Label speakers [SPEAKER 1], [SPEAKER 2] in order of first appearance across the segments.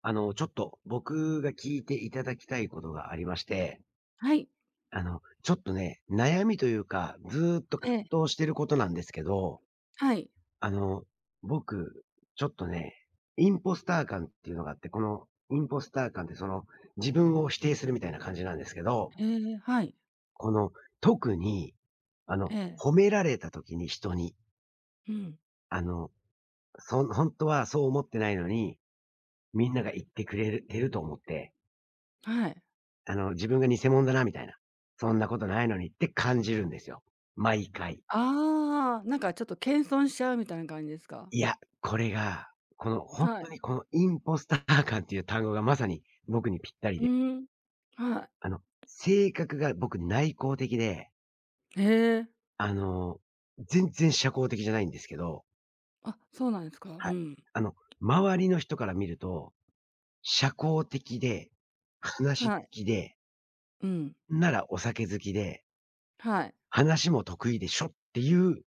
[SPEAKER 1] ちょっと僕が聞いていただきたいことがありまして、
[SPEAKER 2] はい。
[SPEAKER 1] ちょっとね、悩みというか、ずーっと
[SPEAKER 2] ええ、
[SPEAKER 1] 葛藤してることなんですけど、
[SPEAKER 2] はい。
[SPEAKER 1] あの、僕、ちょっとね、インポスター感っていうのがあって、このインポスター感ってその、自分を否定するみたいな感じなんですけど、
[SPEAKER 2] ええ、はい。
[SPEAKER 1] この、特に、あの、
[SPEAKER 2] ええ。
[SPEAKER 1] 褒められた時に人に、
[SPEAKER 2] うん、
[SPEAKER 1] あの、そんほはそう思ってないのに、みんなが言ってくれるてると思って
[SPEAKER 2] はい。
[SPEAKER 1] 自分が偽物だなみたいな。そんなことないのにって感じるんですよ。毎回。
[SPEAKER 2] ああ、なんかちょっと謙遜しちゃうみたいな感じですか？
[SPEAKER 1] いや、これが、このほん
[SPEAKER 2] はい。
[SPEAKER 1] とにこのインポスター感っていう単語がまさに僕にぴったり
[SPEAKER 2] う
[SPEAKER 1] で、
[SPEAKER 2] ーん、は
[SPEAKER 1] あの、性格が僕内向的で、
[SPEAKER 2] い。へえ、
[SPEAKER 1] あの、全然社交的じゃないんですけど、
[SPEAKER 2] あ、そうなんですか。う
[SPEAKER 1] はい。
[SPEAKER 2] ん。
[SPEAKER 1] あの、周りの人から見ると、社交的で、話好
[SPEAKER 2] はい。
[SPEAKER 1] きで、
[SPEAKER 2] うん、
[SPEAKER 1] ならお酒好きで、
[SPEAKER 2] はい。
[SPEAKER 1] 話も得意でしょっていう、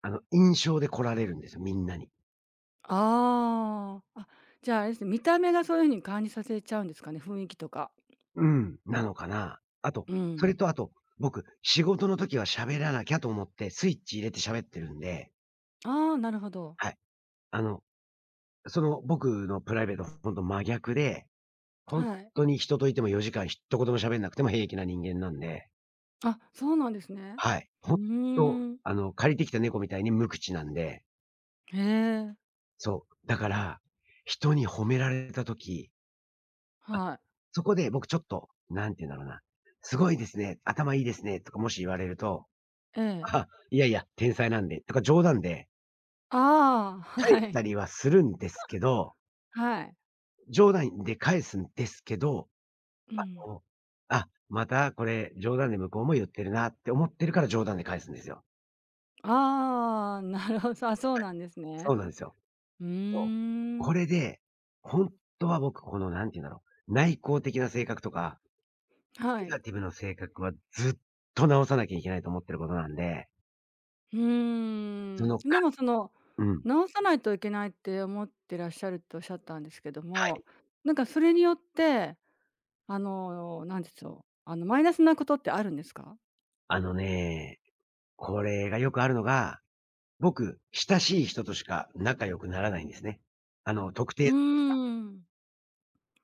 [SPEAKER 1] 印象で来られるんですよ、みんなに。
[SPEAKER 2] ああ、あ、じゃあ、あれですね、見た目がそういう風に感じさせちゃうんですかね、雰囲気とか。
[SPEAKER 1] うん、なのかな。あと、
[SPEAKER 2] う
[SPEAKER 1] そ
[SPEAKER 2] ん。
[SPEAKER 1] れとあと、僕、仕事の時は喋らなきゃと思って、スイッチ入れて喋ってるんで、
[SPEAKER 2] ああ、なるほど。
[SPEAKER 1] はい。あの、その僕のプライベート、ほんと真逆で、ほん
[SPEAKER 2] はい。
[SPEAKER 1] とに人といても4時間一言も喋んなくても平気な人間なんで、
[SPEAKER 2] あ、そうなんですね。
[SPEAKER 1] はい。
[SPEAKER 2] う
[SPEAKER 1] ほんと、
[SPEAKER 2] ーん。
[SPEAKER 1] 借りてきた猫みたいに無口なんで、
[SPEAKER 2] へえ、
[SPEAKER 1] そう。だから、人に褒められた時、
[SPEAKER 2] はい。
[SPEAKER 1] そこで僕ちょっと、なんて言うんだろうな、すごいですね、頭いいですねとかもし言われると、
[SPEAKER 2] ええ。
[SPEAKER 1] あ、いやいや、天才なんでとか冗談で
[SPEAKER 2] ああ、
[SPEAKER 1] 返
[SPEAKER 2] は
[SPEAKER 1] した
[SPEAKER 2] い。
[SPEAKER 1] りはするんですけど、
[SPEAKER 2] はい。
[SPEAKER 1] 冗談で返すんですけど、
[SPEAKER 2] うん。
[SPEAKER 1] こう、あ、またこれ冗談で向こうも言ってるなって思ってるから冗談で返すんですよ。
[SPEAKER 2] ああ、なるほど。あ、そうなんです
[SPEAKER 1] そ
[SPEAKER 2] ね。
[SPEAKER 1] うなんですよ。
[SPEAKER 2] う
[SPEAKER 1] そう。
[SPEAKER 2] ー
[SPEAKER 1] こ
[SPEAKER 2] ん。
[SPEAKER 1] れで、ほんとは僕この何て言うんだろう、内向的な性格とか、
[SPEAKER 2] は
[SPEAKER 1] ネ
[SPEAKER 2] い。
[SPEAKER 1] ガティブな性格はずっと直さなきゃいけないと思ってることなんで、
[SPEAKER 2] うー
[SPEAKER 1] そ
[SPEAKER 2] ん。
[SPEAKER 1] の
[SPEAKER 2] で
[SPEAKER 1] か
[SPEAKER 2] もその、
[SPEAKER 1] うん。
[SPEAKER 2] 直さないといけないって思ってらっしゃるっておっしゃったんですけども、なんかそれによって、なんでしょう、マイナスなことってあるんですか？
[SPEAKER 1] あのね、これがよくあるのが僕、親しい人としか仲良くならないんですね。特
[SPEAKER 2] うー
[SPEAKER 1] 定
[SPEAKER 2] ん。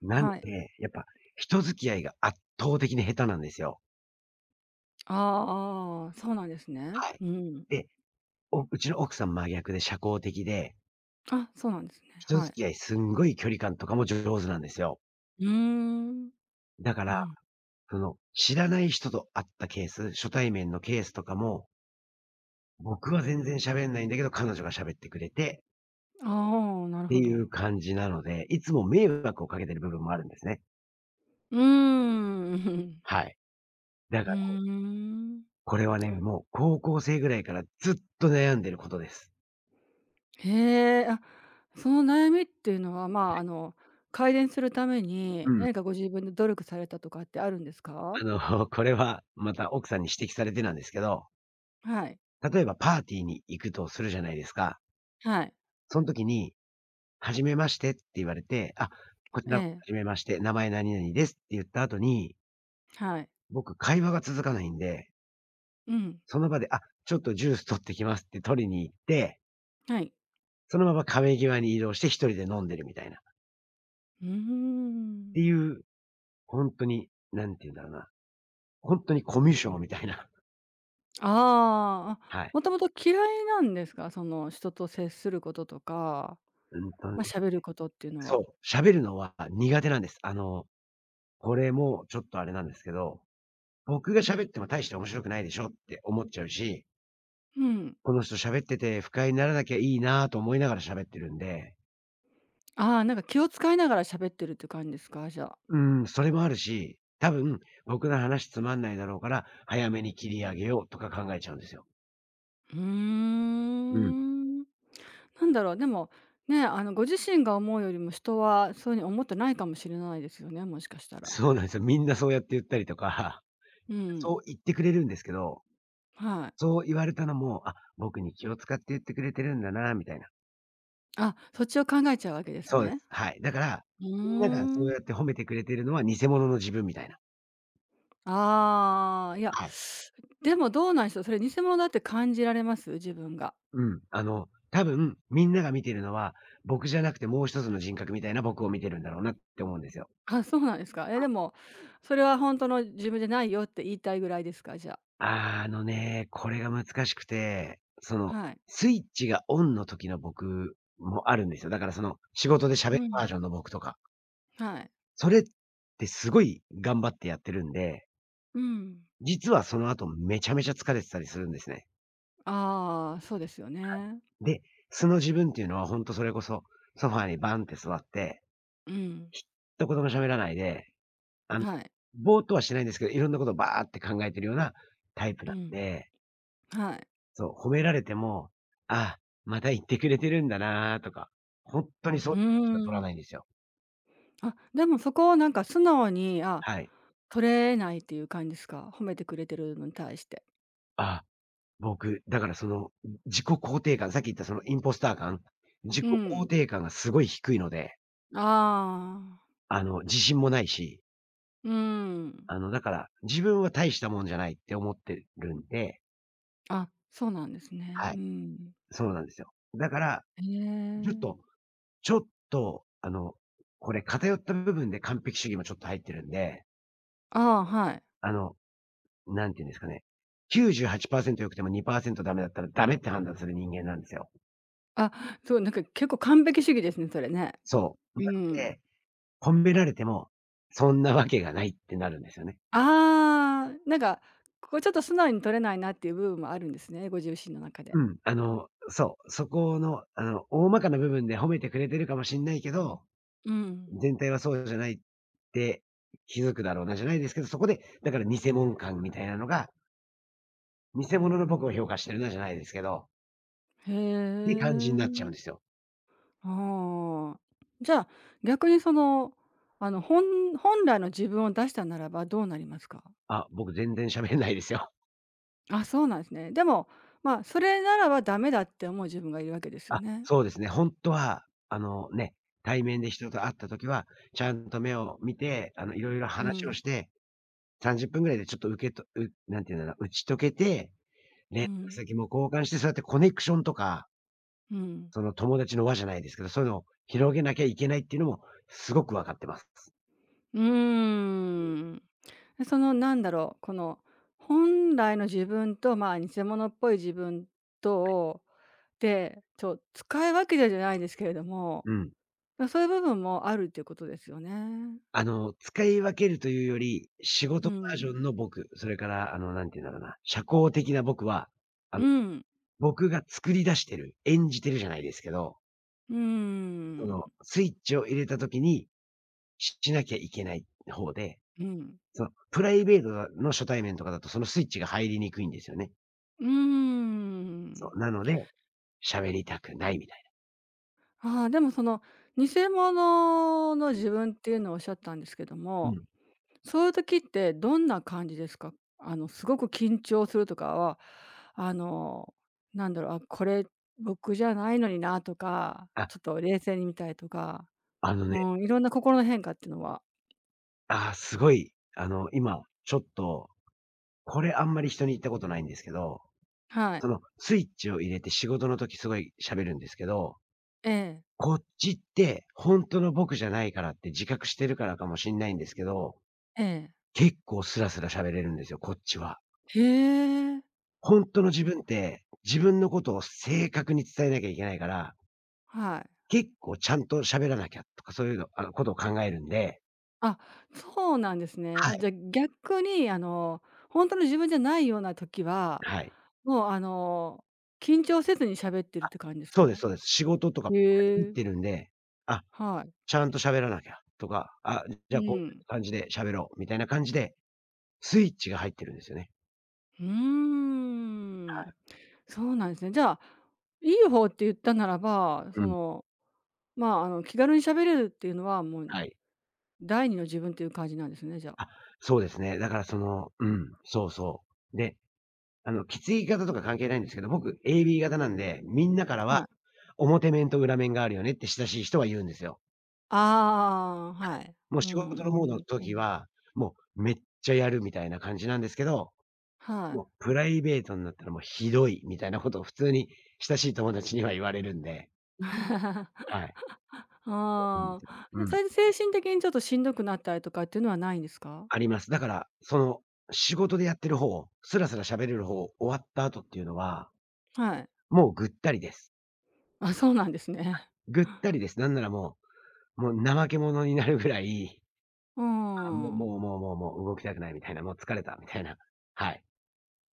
[SPEAKER 1] なん
[SPEAKER 2] はい。
[SPEAKER 1] で、やっぱ人付き合いが圧倒的に下手なんですよ。
[SPEAKER 2] ああそうなんですね。
[SPEAKER 1] はい。
[SPEAKER 2] うん。
[SPEAKER 1] で、おうちの奥さん真逆で社交的で、
[SPEAKER 2] あ、そうなんですね。
[SPEAKER 1] 人
[SPEAKER 2] は
[SPEAKER 1] 付
[SPEAKER 2] い。
[SPEAKER 1] き合いすんごい距離感とかも上手なんですよ。
[SPEAKER 2] うーん。
[SPEAKER 1] だか
[SPEAKER 2] う
[SPEAKER 1] ら、
[SPEAKER 2] ん。
[SPEAKER 1] その、知らない人と会ったケース、初対面のケースとかも、僕は全然喋んないんだけど、彼女が喋ってくれてっ
[SPEAKER 2] ああ、なる
[SPEAKER 1] て
[SPEAKER 2] ほ
[SPEAKER 1] い
[SPEAKER 2] ど。
[SPEAKER 1] う感じなので、いつも迷惑をかけてる部分もあるんですね。
[SPEAKER 2] うーん。
[SPEAKER 1] はい。だか
[SPEAKER 2] うー
[SPEAKER 1] ら
[SPEAKER 2] ん。
[SPEAKER 1] これはね、もう高校生ぐらいからずっと悩んでることです。
[SPEAKER 2] へえ、あ、その悩みっていうのは、まあ、改善するために、
[SPEAKER 1] うん。
[SPEAKER 2] 何かご自分で努力されたとかってあるんですか？
[SPEAKER 1] これはまた奥さんに指摘されてなんですけど、
[SPEAKER 2] はい。
[SPEAKER 1] 例えばパーティーに行くとするじゃないですか。
[SPEAKER 2] はい。
[SPEAKER 1] その時に、初めましてって言われて、あ、こち
[SPEAKER 2] え
[SPEAKER 1] らは
[SPEAKER 2] え。
[SPEAKER 1] じめまして、名前何々ですって言った後に、
[SPEAKER 2] はい。
[SPEAKER 1] 僕会話が続かないんで、
[SPEAKER 2] うん。
[SPEAKER 1] その場で、あ、ちょっとジュース取ってきますって取りに行って、
[SPEAKER 2] はい。
[SPEAKER 1] そのまま壁際に移動して一人で飲んでるみたいな。っ
[SPEAKER 2] うー
[SPEAKER 1] てい
[SPEAKER 2] ん。
[SPEAKER 1] う、本当に、なんて言うんだろうな、本当にコミュ障みたいな。
[SPEAKER 2] あ
[SPEAKER 1] は
[SPEAKER 2] あ、
[SPEAKER 1] い。
[SPEAKER 2] もともと嫌いなんですか？その、人と接することとか、
[SPEAKER 1] うんと
[SPEAKER 2] まあ、
[SPEAKER 1] ね
[SPEAKER 2] 喋ることっていうのは。
[SPEAKER 1] そう、喋るのは苦手なんです。これもちょっとあれなんですけど、僕が喋っても大して面白くないでしょって思っちゃうし、
[SPEAKER 2] うん。
[SPEAKER 1] この人喋ってて不快にならなきゃいいなと思いながら喋ってるんで、
[SPEAKER 2] ああ、なんか気を使いながら喋ってるって感じですか？じゃあ。
[SPEAKER 1] うーん、それもあるし、多分僕の話つまんないだろうから、早めに切り上げようとか考えちゃうんですよ。
[SPEAKER 2] うー
[SPEAKER 1] うん。
[SPEAKER 2] ん。なんだろう、でも、ね、ご自身が思うよりも人はそういうふうに思ってないかもしれないですよね、もしかしたら。
[SPEAKER 1] そうなんですよ。みんなそうやって言ったりとか、
[SPEAKER 2] う
[SPEAKER 1] そう
[SPEAKER 2] ん。
[SPEAKER 1] 言ってくれるんですけど、
[SPEAKER 2] はい。
[SPEAKER 1] そう言われたのも、あ、僕に気を使って言ってくれてるんだなみたいな。
[SPEAKER 2] あ、そっちを考えちゃうわけです
[SPEAKER 1] そうで
[SPEAKER 2] ね。
[SPEAKER 1] す。はい。だから、
[SPEAKER 2] う
[SPEAKER 1] みんながそ
[SPEAKER 2] ー
[SPEAKER 1] う
[SPEAKER 2] ん。
[SPEAKER 1] やって褒めてくれてるのは偽物の自分みたいな。
[SPEAKER 2] ああ、いや、
[SPEAKER 1] はい。
[SPEAKER 2] でもどうなんでしょう、それ偽物だって感じられます？自分が。
[SPEAKER 1] うん。多分、みんなが見てるのは、僕じゃなくてもう一つの人格みたいな僕を見てるんだろうなって思うんですよ。
[SPEAKER 2] あ、そうなんですか。え、でも、それは本当の自分じゃないよって言いたいぐらいですか？じゃあ。
[SPEAKER 1] あーあのね、これが難しくて、その、
[SPEAKER 2] はい。
[SPEAKER 1] スイッチがオンの時の僕もあるんですよ。だからその、仕事で
[SPEAKER 2] う
[SPEAKER 1] 喋るバー
[SPEAKER 2] ん。
[SPEAKER 1] ジョンの僕とか。
[SPEAKER 2] はい。
[SPEAKER 1] それってすごい頑張ってやってるんで、
[SPEAKER 2] うん。
[SPEAKER 1] 実はその後めちゃめちゃ疲れてたりするんですね。
[SPEAKER 2] ああ、そうですよね。
[SPEAKER 1] で、素の自分っていうのはほんとそれこそ、ソファーにバンって座って、
[SPEAKER 2] うん。
[SPEAKER 1] 一言も喋らないで、あの、
[SPEAKER 2] はい。
[SPEAKER 1] ぼーっとはしないんですけど、いろんなことをバーって考えてるようなタイプ
[SPEAKER 2] う
[SPEAKER 1] なん
[SPEAKER 2] ん。
[SPEAKER 1] で、
[SPEAKER 2] はい。
[SPEAKER 1] そう、褒められても、ああ、また言ってくれてるんだなとか、ほんとにそう
[SPEAKER 2] う
[SPEAKER 1] いうしか
[SPEAKER 2] ー
[SPEAKER 1] 取ら
[SPEAKER 2] ん。
[SPEAKER 1] ないんですよ。
[SPEAKER 2] あ、でもそこをなんか素直に、あ、
[SPEAKER 1] はい。
[SPEAKER 2] 取れないっていう感じですか？褒めてくれてるのに対して。
[SPEAKER 1] ああ、僕、だからその、自己肯定感、さっき言ったそのインポスター感、自己
[SPEAKER 2] うん。
[SPEAKER 1] 肯定感がすごい低いので、
[SPEAKER 2] ああ、
[SPEAKER 1] 自信もないし、
[SPEAKER 2] うーん。
[SPEAKER 1] だから、自分は大したもんじゃないって思ってるんで
[SPEAKER 2] あ、そうなんですね。
[SPEAKER 1] は
[SPEAKER 2] う
[SPEAKER 1] い、
[SPEAKER 2] ん。
[SPEAKER 1] そうなんですよ。だから、
[SPEAKER 2] へ
[SPEAKER 1] ちょっと
[SPEAKER 2] え。
[SPEAKER 1] ちょっと、これ偏った部分で完璧主義もちょっと入ってるんで、
[SPEAKER 2] ああ、はい。
[SPEAKER 1] あの、なんていうんですかね、98%良くても2%ダメだったらダメって判断する人間なんですよ。
[SPEAKER 2] あ、そう、なんか結構完璧主義ですね、それね。
[SPEAKER 1] そう。
[SPEAKER 2] う
[SPEAKER 1] なの
[SPEAKER 2] ん。
[SPEAKER 1] で、褒められても、そんなわけがないってなるんですよね。
[SPEAKER 2] ああ、なんか、ここちょっと素直に取れないなっていう部分もあるんですね、ご自身の中で。
[SPEAKER 1] うん、そう、そこの、大まかな部分で褒めてくれてるかもしんないけど、
[SPEAKER 2] うん。
[SPEAKER 1] 全体はそうじゃないって気づくだろうなじゃないですけど、そこで、だから偽物感みたいなのが偽物の僕を評価してるなじゃないですけど、っ
[SPEAKER 2] へ
[SPEAKER 1] て感じになっちゃう
[SPEAKER 2] え。
[SPEAKER 1] んですよ。
[SPEAKER 2] ああ。じゃあ、逆にその、あの、本本来の自分を出したならばどうなりますか？
[SPEAKER 1] あ、僕全然喋んないですよ。
[SPEAKER 2] あ、そうなんですね。でも、まあ、それならばダメだって思う自分がいるわけですよ
[SPEAKER 1] あ、
[SPEAKER 2] ね。
[SPEAKER 1] そうですね。本当は、ね、対面で人と会った時は、ちゃんと目を見て、いろいろ
[SPEAKER 2] う
[SPEAKER 1] 話を
[SPEAKER 2] ん。
[SPEAKER 1] して、30分ぐらいでちょっと受けとうなんていうんだろう、打ち解けて、連
[SPEAKER 2] う
[SPEAKER 1] 絡
[SPEAKER 2] ん、
[SPEAKER 1] 先も交換して、そうやってコネクションとか、
[SPEAKER 2] うん。
[SPEAKER 1] その友達の輪じゃないですけど、そういうのを広げなきゃいけないっていうのもすごく分かってます。
[SPEAKER 2] うーん。で、そのなんだろう、この本来の自分と、まあ、偽物っぽい自分とをで、ちょ使い分けてじゃないですけれども、
[SPEAKER 1] うん。
[SPEAKER 2] ま、そういう部分もあるっていうことですよね。
[SPEAKER 1] 使い分けるというより、仕
[SPEAKER 2] う
[SPEAKER 1] 事バージョ
[SPEAKER 2] ん。
[SPEAKER 1] ンの僕、それから、なんて言うんだろうな、社交的な僕は、あ
[SPEAKER 2] う
[SPEAKER 1] の、
[SPEAKER 2] ん。
[SPEAKER 1] 僕が作り出してる、演じてるじゃないですけど、
[SPEAKER 2] うー
[SPEAKER 1] その、
[SPEAKER 2] ん、
[SPEAKER 1] スイッチを入れた時に、ししなきゃいけない方で、
[SPEAKER 2] うん。
[SPEAKER 1] その、プライベートの初対面とかだと、そのスイッチが入りにくいんですよね。
[SPEAKER 2] うー
[SPEAKER 1] そ
[SPEAKER 2] ん。
[SPEAKER 1] う、なので、喋りたくないみたい
[SPEAKER 2] ああ、でもその、偽物の自分っていうのをおっしゃったんですけど
[SPEAKER 1] な。う
[SPEAKER 2] も、
[SPEAKER 1] ん。
[SPEAKER 2] そういう時ってどんな感じですか？すごく緊張するとかは、あの、なんだろう、あ、これ僕じゃないのになとか、
[SPEAKER 1] あ、
[SPEAKER 2] ちょっと冷静に見たいとか、
[SPEAKER 1] あのね、
[SPEAKER 2] うん、いろんな心の変化っていうのは
[SPEAKER 1] ああ、すごい、今、ちょっと、これあんまり人に言ったことないんですけど
[SPEAKER 2] はい。
[SPEAKER 1] そのスイッチを入れて仕事の時すごい喋るんですけど、
[SPEAKER 2] ええ、
[SPEAKER 1] こっちって本当の僕じゃないからって自覚してるからかもしんないんですけど、
[SPEAKER 2] ええ。
[SPEAKER 1] 結構スラスラ喋れるんですよ、こっちは。
[SPEAKER 2] へえ、
[SPEAKER 1] 本当の自分って、自分のことを正確に伝えなきゃいけないから、
[SPEAKER 2] はい。
[SPEAKER 1] 結構ちゃんと喋らなきゃとかそういうのことを考えるんで
[SPEAKER 2] あ、そうなんですね。
[SPEAKER 1] は
[SPEAKER 2] あ、じ
[SPEAKER 1] い。
[SPEAKER 2] ゃ、逆に、本当の自分じゃないような時は、
[SPEAKER 1] はい。
[SPEAKER 2] もう、緊張せずに喋ってるって感じです
[SPEAKER 1] そうです
[SPEAKER 2] か？
[SPEAKER 1] そうです。仕事とか
[SPEAKER 2] へ
[SPEAKER 1] 入っ
[SPEAKER 2] え、
[SPEAKER 1] てるんで、あ、
[SPEAKER 2] はい。
[SPEAKER 1] ちゃんと喋らなきゃとか、あ、じ
[SPEAKER 2] う
[SPEAKER 1] ゃあこうい
[SPEAKER 2] ん。
[SPEAKER 1] う感じで喋ろうみたいな感じで、スイッチが入ってるんですよね。
[SPEAKER 2] うー
[SPEAKER 1] は
[SPEAKER 2] ん。
[SPEAKER 1] い。
[SPEAKER 2] そうなんですね。じゃあ、いい方って言ったならば、
[SPEAKER 1] う
[SPEAKER 2] そ
[SPEAKER 1] ん、
[SPEAKER 2] の、まあ、気軽に喋れるっていうのは、もう
[SPEAKER 1] はい。
[SPEAKER 2] 第二の自分っていう感じなんですね、じゃ
[SPEAKER 1] あ、
[SPEAKER 2] あ。
[SPEAKER 1] そうですね。だからそのうん、そうそう。で、血い型とか関係ないんですけど、僕 AB 型なんで、みんなからは、
[SPEAKER 2] はい。
[SPEAKER 1] 表面と裏面があるよねって親しい人は言うんですよ。
[SPEAKER 2] ああ、はい。
[SPEAKER 1] もう
[SPEAKER 2] う
[SPEAKER 1] 仕
[SPEAKER 2] ん、
[SPEAKER 1] 事のモー
[SPEAKER 2] い
[SPEAKER 1] ド
[SPEAKER 2] い
[SPEAKER 1] の
[SPEAKER 2] です
[SPEAKER 1] 時
[SPEAKER 2] ね。
[SPEAKER 1] は、もうめっちゃやるみたいな感じなんですけど、
[SPEAKER 2] はい。
[SPEAKER 1] もうプライベートになったらもうひどいみたいなことを普通に親しい友達には言われるんで、はい。そうなんで
[SPEAKER 2] あ
[SPEAKER 1] すよ。
[SPEAKER 2] あ、
[SPEAKER 1] う
[SPEAKER 2] そ
[SPEAKER 1] ん、
[SPEAKER 2] れで精神的にちょっとしんどくなったりとかっていうのはないんですか？
[SPEAKER 1] あります。だから、その仕事でやってる方、スラスラ喋れる方、終わった後っていうのは
[SPEAKER 2] はい。
[SPEAKER 1] もうぐったりです。
[SPEAKER 2] あ、そうなんですね。
[SPEAKER 1] ぐっ たりです。なんならもう、もう怠け者になるぐらい、
[SPEAKER 2] うー
[SPEAKER 1] あ、もう
[SPEAKER 2] ん。
[SPEAKER 1] もうもうもうもう動きたくないみたいな、もう疲れたみたいな。はい。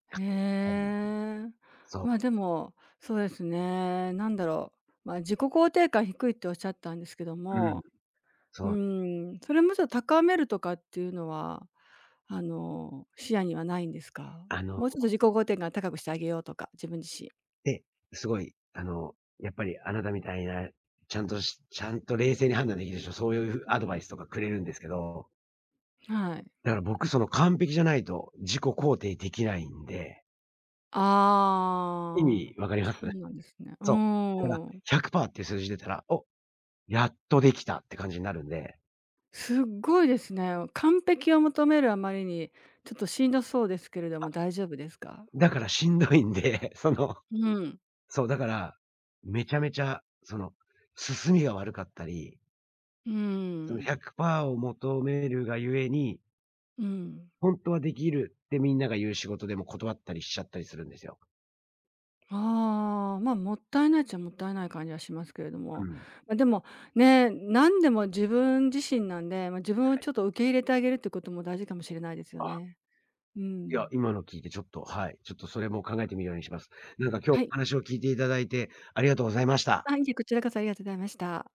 [SPEAKER 2] へ
[SPEAKER 1] あるんです。
[SPEAKER 2] え。
[SPEAKER 1] そ
[SPEAKER 2] まあ、でも、そうですね、なんだろう、まあ、自己肯定感低いっておっしゃったんですけど
[SPEAKER 1] う。うん。
[SPEAKER 2] も、う
[SPEAKER 1] そう。
[SPEAKER 2] ーん、それもちょっと高めるとかっていうのは、視野にはないんですか？
[SPEAKER 1] あの、
[SPEAKER 2] もうちょっと自己肯定感高くしてあげようとか、自分自身。
[SPEAKER 1] で、すごい、やっぱりあなたみたいな、ちゃんと冷静に判断できる人、そういうアドバイスとかくれるんですけど、
[SPEAKER 2] はい。
[SPEAKER 1] だから僕その完璧じゃないと自己肯定できないんで、意
[SPEAKER 2] ああ、
[SPEAKER 1] 味わかりま
[SPEAKER 2] そ
[SPEAKER 1] す？
[SPEAKER 2] うなんですね。う
[SPEAKER 1] そう。だから
[SPEAKER 2] ーん。
[SPEAKER 1] 100パーっていう数字出たら、お、やっとできたって感じになるんで
[SPEAKER 2] すっごいですね。完璧を求めるあまりに、ちょっとしんどそうですけれども、大丈夫ですか？
[SPEAKER 1] だからしんどいんで、その、
[SPEAKER 2] うん。
[SPEAKER 1] そう、だから、めちゃめちゃ、その、進みが悪かったり、
[SPEAKER 2] うー
[SPEAKER 1] その
[SPEAKER 2] ん。
[SPEAKER 1] 100%を求めるがゆえに、
[SPEAKER 2] うん。
[SPEAKER 1] 本当はできるってみんなが言う仕事でも断ったりしちゃったりするんですよ。
[SPEAKER 2] ああ、まあ、もったいないっちゃもったいない感じはしますけれど
[SPEAKER 1] う
[SPEAKER 2] も。
[SPEAKER 1] ん。
[SPEAKER 2] ま、でも、ね、何でも自分自身なんで、ま、自分を
[SPEAKER 1] は
[SPEAKER 2] ち
[SPEAKER 1] い。
[SPEAKER 2] ょっと受け入れてあげるってことも大事かもしれないですよ
[SPEAKER 1] あ、
[SPEAKER 2] ね。う
[SPEAKER 1] いや、
[SPEAKER 2] ん。
[SPEAKER 1] 今の聞いてちょっと、はい、ちょっとそれも考えてみるようにします。なんか今日お
[SPEAKER 2] はい。
[SPEAKER 1] 話を聞いていただいて、ありがとうございました。
[SPEAKER 2] あ、いえ、こちらこそありがとうございました。